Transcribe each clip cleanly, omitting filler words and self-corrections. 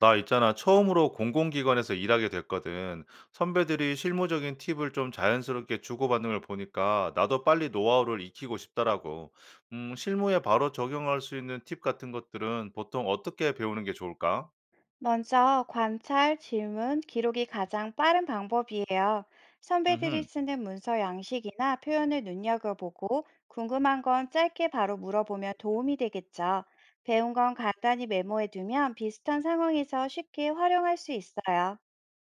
나 있잖아. 처음으로 공공기관에서 일하게 됐거든. 선배들이 실무적인 팁을 좀 자연스럽게 주고받는 걸 보니까 나도 빨리 노하우를 익히고 싶더라고. 실무에 바로 적용할 수 있는 팁 같은 것들은 보통 어떻게 배우는 게 좋을까? 먼저 관찰, 질문, 기록이 가장 빠른 방법이에요. 선배들이 음, 쓰는 문서 양식이나 표현을 눈여겨보고 궁금한 건 짧게 바로 물어보면 도움이 되겠죠. 배운 건 간단히 메모해두면 비슷한 상황에서 쉽게 활용할 수 있어요.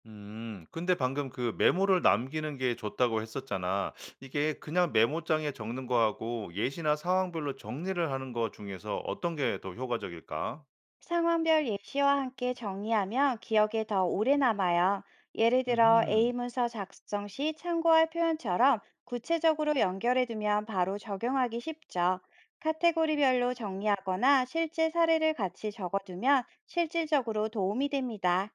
근데 방금 그 메모를 남기는 게 좋다고 했었잖아. 이게 그냥 메모장에 적는 거하고 예시나 상황별로 정리를 하는 거 중에서 어떤 게 더 효과적일까? 상황별 예시와 함께 정리하면 기억에 더 오래 남아요. 예를 들어 음 A 문서 작성 시 참고할 표현처럼 구체적으로 연결해 두면 바로 적용하기 쉽죠. 카테고리별로 정리하거나 실제 사례를 같이 적어두면 실질적으로 도움이 됩니다.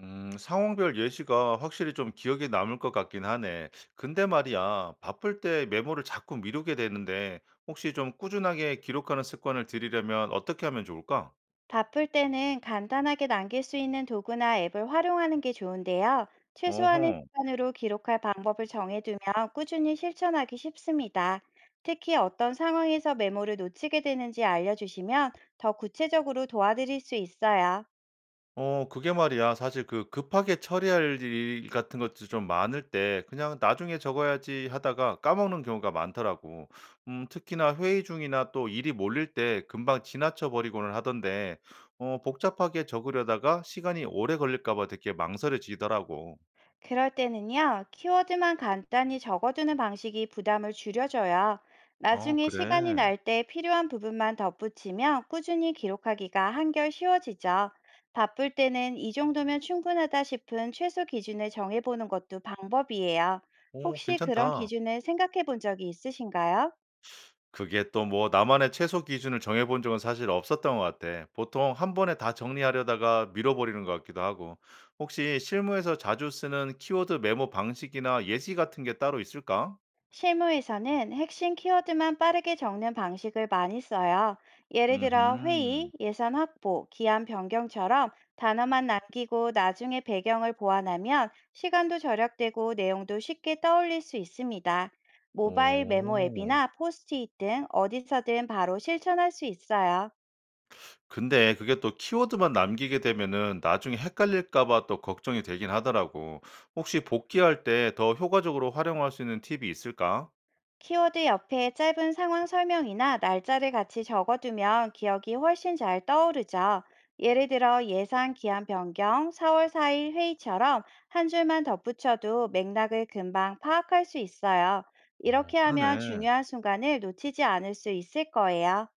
상황별 예시가 확실히 좀 기억에 남을 것 같긴 하네. 근데 말이야, 바쁠 때 메모를 자꾸 미루게 되는데, 혹시 좀 꾸준하게 기록하는 습관을 들이려면 어떻게 하면 좋을까? 바쁠 때는 간단하게 남길 수 있는 도구나 앱을 활용하는 게 좋은데요. 최소한의 어허. 시간으로 기록할 방법을 정해두면 꾸준히 실천하기 쉽습니다. 특히 어떤 상황에서 메모를 놓치게 되는지 알려주시면 더 구체적으로 도와드릴 수 있어요. 그게 말이야, 사실 그 급하게 처리할 일 같은 것도 좀 많을 때 그냥 '나중에 적어야지.' 하다가 까먹는 경우가 많더라고. 특히나 회의 중이나 또 일이 몰릴 때 금방 지나쳐 버리고는 하던데 복잡하게 적으려다가 시간이 오래 걸릴까 봐 되게 망설여지더라고. 그럴 때는요, 키워드만 간단히 적어두는 방식이 부담을 줄여줘요. 어 나중에 시간이 그래. 날 때 필요한 부분만 덧붙이면 꾸준히 기록하기가 한결 쉬워지죠. 바쁠 때는 이 정도면 충분하다 싶은 최소 기준을 정해보는 것도 방법이에요. 어 혹시 그런 괜찮다. 기준을 생각해 본 적이 있으신가요? 그게 또 뭐 나만의 최소 기준을 정해 본 적은 사실 없었던 것 같아. 보통 한 번에 다 정리하려다가 밀어버리는 것 같기도 하고. 혹시 실무에서 자주 쓰는 키워드 메모 방식이나 예시 같은 게 따로 있을까? 실무에서는 핵심 키워드만 빠르게 적는 방식을 많이 써요. 예를 들어 음 회의, 예산 확보, 기한 변경처럼 단어만 남기고 나중에 배경을 보완하면 시간도 절약되고 내용도 쉽게 떠올릴 수 있습니다. 모바일 메모 오. 앱이나 포스트잇 등 어디서든 바로 실천할 수 있어요. 근데 그게 또 키워드만 남기게 되면은 나중에 헷갈릴까 봐 또 걱정이 되긴 하더라고. 혹시 복귀할 때 더 효과적으로 활용할 수 있는 팁이 있을까? 키워드 옆에 짧은 상황 설명이나 날짜를 같이 적어두면 기억이 훨씬 잘 떠오르죠. 예를 들어 예상 기한 변경 4월 4일 회의처럼 한 줄만 덧붙여도 맥락을 금방 파악할 수 있어요. 어 이렇게 하면 그러네. 중요한 순간을 놓치지 않을 수 있을 거예요.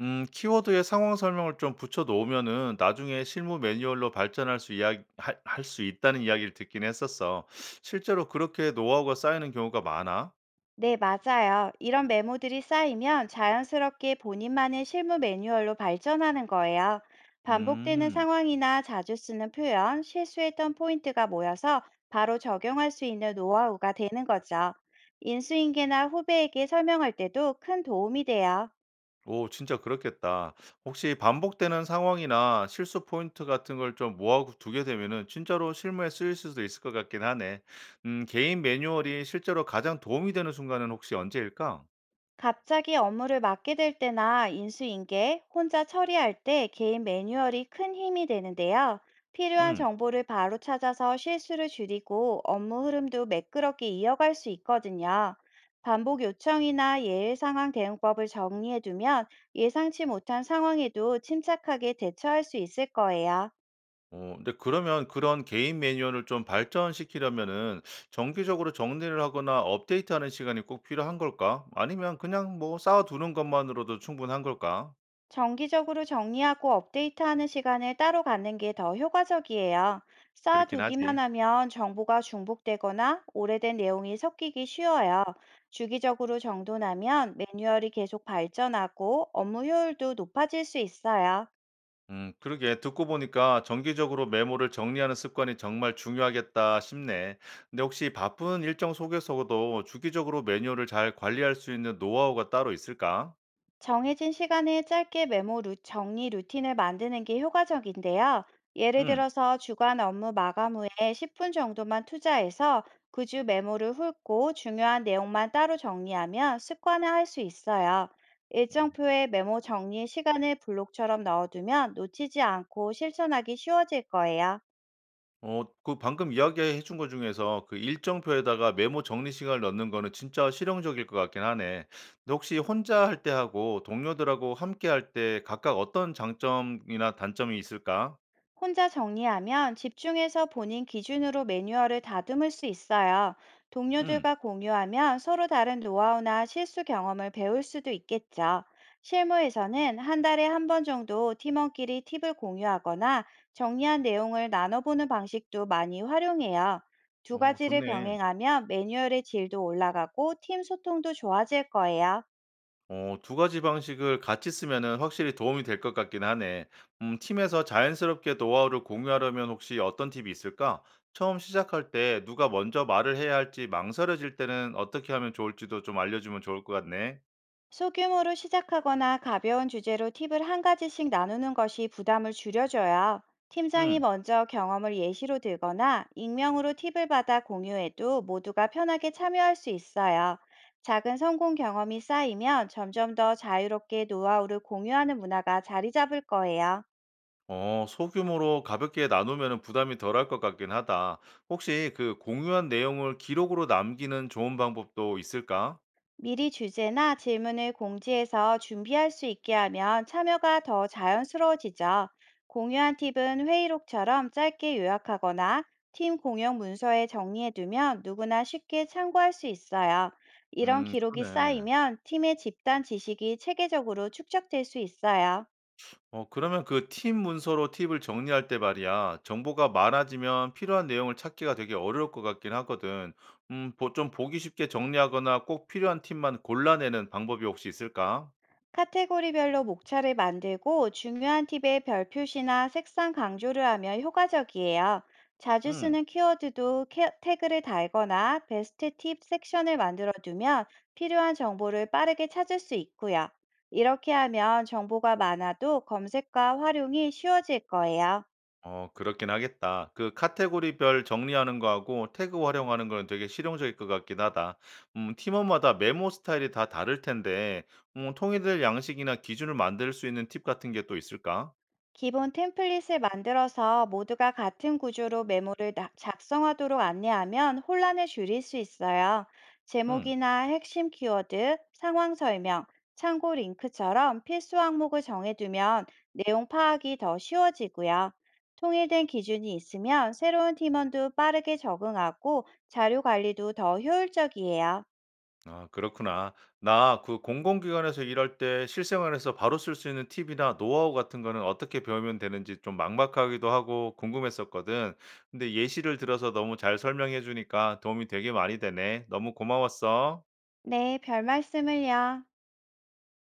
키워드에 상황 설명을 좀 붙여 놓으면은 나중에 실무 매뉴얼로 발전할 수 이야기 할 수 있다는 이야기를 듣긴 했었어. 실제로 그렇게 노하우가 쌓이는 경우가 많아? 네, 맞아요. 이런 메모들이 쌓이면 자연스럽게 본인만의 실무 매뉴얼로 발전하는 거예요. 반복되는 음. 상황이나 자주 쓰는 표현, 실수했던 포인트가 모여서 바로 적용할 수 있는 노하우가 되는 거죠. 인수인계나 후배에게 설명할 때도 큰 도움이 돼요. 오, 진짜 그렇겠다. 혹시 반복되는 상황이나 실수 포인트 같은 걸 좀 모아두게 두게 되면은 진짜로 실무에 쓰일 수도 있을 것 같긴 하네. 개인 매뉴얼이 실제로 가장 도움이 되는 순간은 혹시 언제일까? 갑자기 업무를 맡게 될 때나 인수인계, 혼자 처리할 때 개인 매뉴얼이 큰 힘이 되는데요. 필요한 음. 정보를 바로 찾아서 실수를 줄이고 업무 흐름도 매끄럽게 이어갈 수 있거든요. 반복 요청이나 예외 상황 대응법을 정리해두면 예상치 못한 상황에도 침착하게 대처할 수 있을 거예요. 근데 그러면 그런 개인 매뉴얼을 좀 발전시키려면은 정기적으로 정리를 하거나 업데이트하는 시간이 꼭 필요한 걸까? 아니면 그냥 뭐 쌓아두는 것만으로도 충분한 걸까? 정기적으로 정리하고 업데이트하는 시간을 따로 갖는 게 더 효과적이에요. 그렇긴 쌓아두기만 하지. 하면 정보가 중복되거나 오래된 내용이 섞이기 쉬워요. 주기적으로 정돈하면 매뉴얼이 계속 발전하고 업무 효율도 높아질 수 있어요. 그러게 듣고 보니까 정기적으로 메모를 정리하는 습관이 정말 중요하겠다 싶네. 근데 혹시 바쁜 일정 속에서도 주기적으로 매뉴얼을 잘 관리할 수 있는 노하우가 따로 있을까? 정해진 시간에 짧게 정리 루틴을 만드는 게 효과적인데요. 예를 음. 들어서 주간 업무 마감 후에 10분 정도만 투자해서 그 주 메모를 훑고 중요한 내용만 따로 정리하면 습관화할 수 있어요. 일정표에 메모 정리 시간을 블록처럼 넣어두면 놓치지 않고 실천하기 쉬워질 거예요. 그 방금 이야기해 준 것 중에서 그 일정표에다가 메모 정리 시간을 넣는 거는 진짜 실용적일 것 같긴 하네. 근데 혹시 혼자 할 때 하고 동료들하고 함께 할 때 각각 어떤 장점이나 단점이 있을까? 혼자 정리하면 집중해서 본인 기준으로 매뉴얼을 다듬을 수 있어요. 음, 동료들과 공유하면 서로 다른 노하우나 실수 경험을 배울 수도 있겠죠. 실무에서는 한 달에 한 번 정도 팀원끼리 팁을 공유하거나 정리한 내용을 나눠보는 방식도 많이 활용해요. 두 어, 가지를 좋네. 병행하면 매뉴얼의 질도 올라가고 팀 소통도 좋아질 거예요. 어, 두 가지 방식을 같이 쓰면은 확실히 도움이 될 것 같긴 하네. 팀에서 자연스럽게 노하우를 공유하려면 혹시 어떤 팁이 있을까? 처음 시작할 때 누가 먼저 말을 해야 할지 망설여질 때는 어떻게 하면 좋을지도 좀 알려주면 좋을 것 같네. 소규모로 시작하거나 가벼운 주제로 팁을 한 가지씩 나누는 것이 부담을 줄여줘요. 팀장이 음. 먼저 경험을 예시로 들거나 익명으로 팁을 받아 공유해도 모두가 편하게 참여할 수 있어요. 작은 성공 경험이 쌓이면 점점 더 자유롭게 노하우를 공유하는 문화가 자리 잡을 거예요. 어, 소규모로 가볍게 나누면 부담이 덜할 것 같긴 하다. 혹시 그 공유한 내용을 기록으로 남기는 좋은 방법도 있을까? 미리 주제나 질문을 공지해서 준비할 수 있게 하면 참여가 더 자연스러워지죠. 공유한 팁은 회의록처럼 짧게 요약하거나 팀 공용 문서에 정리해두면 누구나 쉽게 참고할 수 있어요. 이런 기록이 그러네. 쌓이면 팀의 집단 지식이 체계적으로 축적될 수 있어요. 어, 그러면 그 팀 문서로 팁을 정리할 때 말이야. 정보가 많아지면 필요한 내용을 찾기가 되게 어려울 것 같긴 하거든. 좀 보기 쉽게 정리하거나 꼭 필요한 팁만 골라내는 방법이 혹시 있을까? 카테고리별로 목차를 만들고 중요한 팁에 별 표시나 색상 강조를 하면 효과적이에요. 자주 음. 쓰는 키워드도 태그를 달거나 베스트 팁 섹션을 만들어 두면 필요한 정보를 빠르게 찾을 수 있고요. 이렇게 하면 정보가 많아도 검색과 활용이 쉬워질 거예요. 어 그렇긴 하겠다. 그 카테고리별 정리하는 거하고 태그 활용하는 거는 되게 실용적일 것 같긴 하다. 팀원마다 메모 스타일이 다 다를 텐데 통일될 양식이나 기준을 만들 수 있는 팁 같은 게 또 있을까? 기본 템플릿을 만들어서 모두가 같은 구조로 작성하도록 안내하면 혼란을 줄일 수 있어요. 음. 제목이나 핵심 키워드, 상황 설명, 참고 링크처럼 필수 항목을 정해두면 내용 파악이 더 쉬워지고요. 통일된 기준이 있으면 새로운 팀원도 빠르게 적응하고 자료 관리도 더 효율적이에요. 아 그렇구나. 나 그 공공기관에서 일할 때 실생활에서 바로 쓸 수 있는 팁이나 노하우 같은 거는 어떻게 배우면 되는지 좀 막막하기도 하고 궁금했었거든. 근데 예시를 들어서 너무 잘 설명해 주니까 도움이 되게 많이 되네. 너무 고마웠어. 네, 별 말씀을요.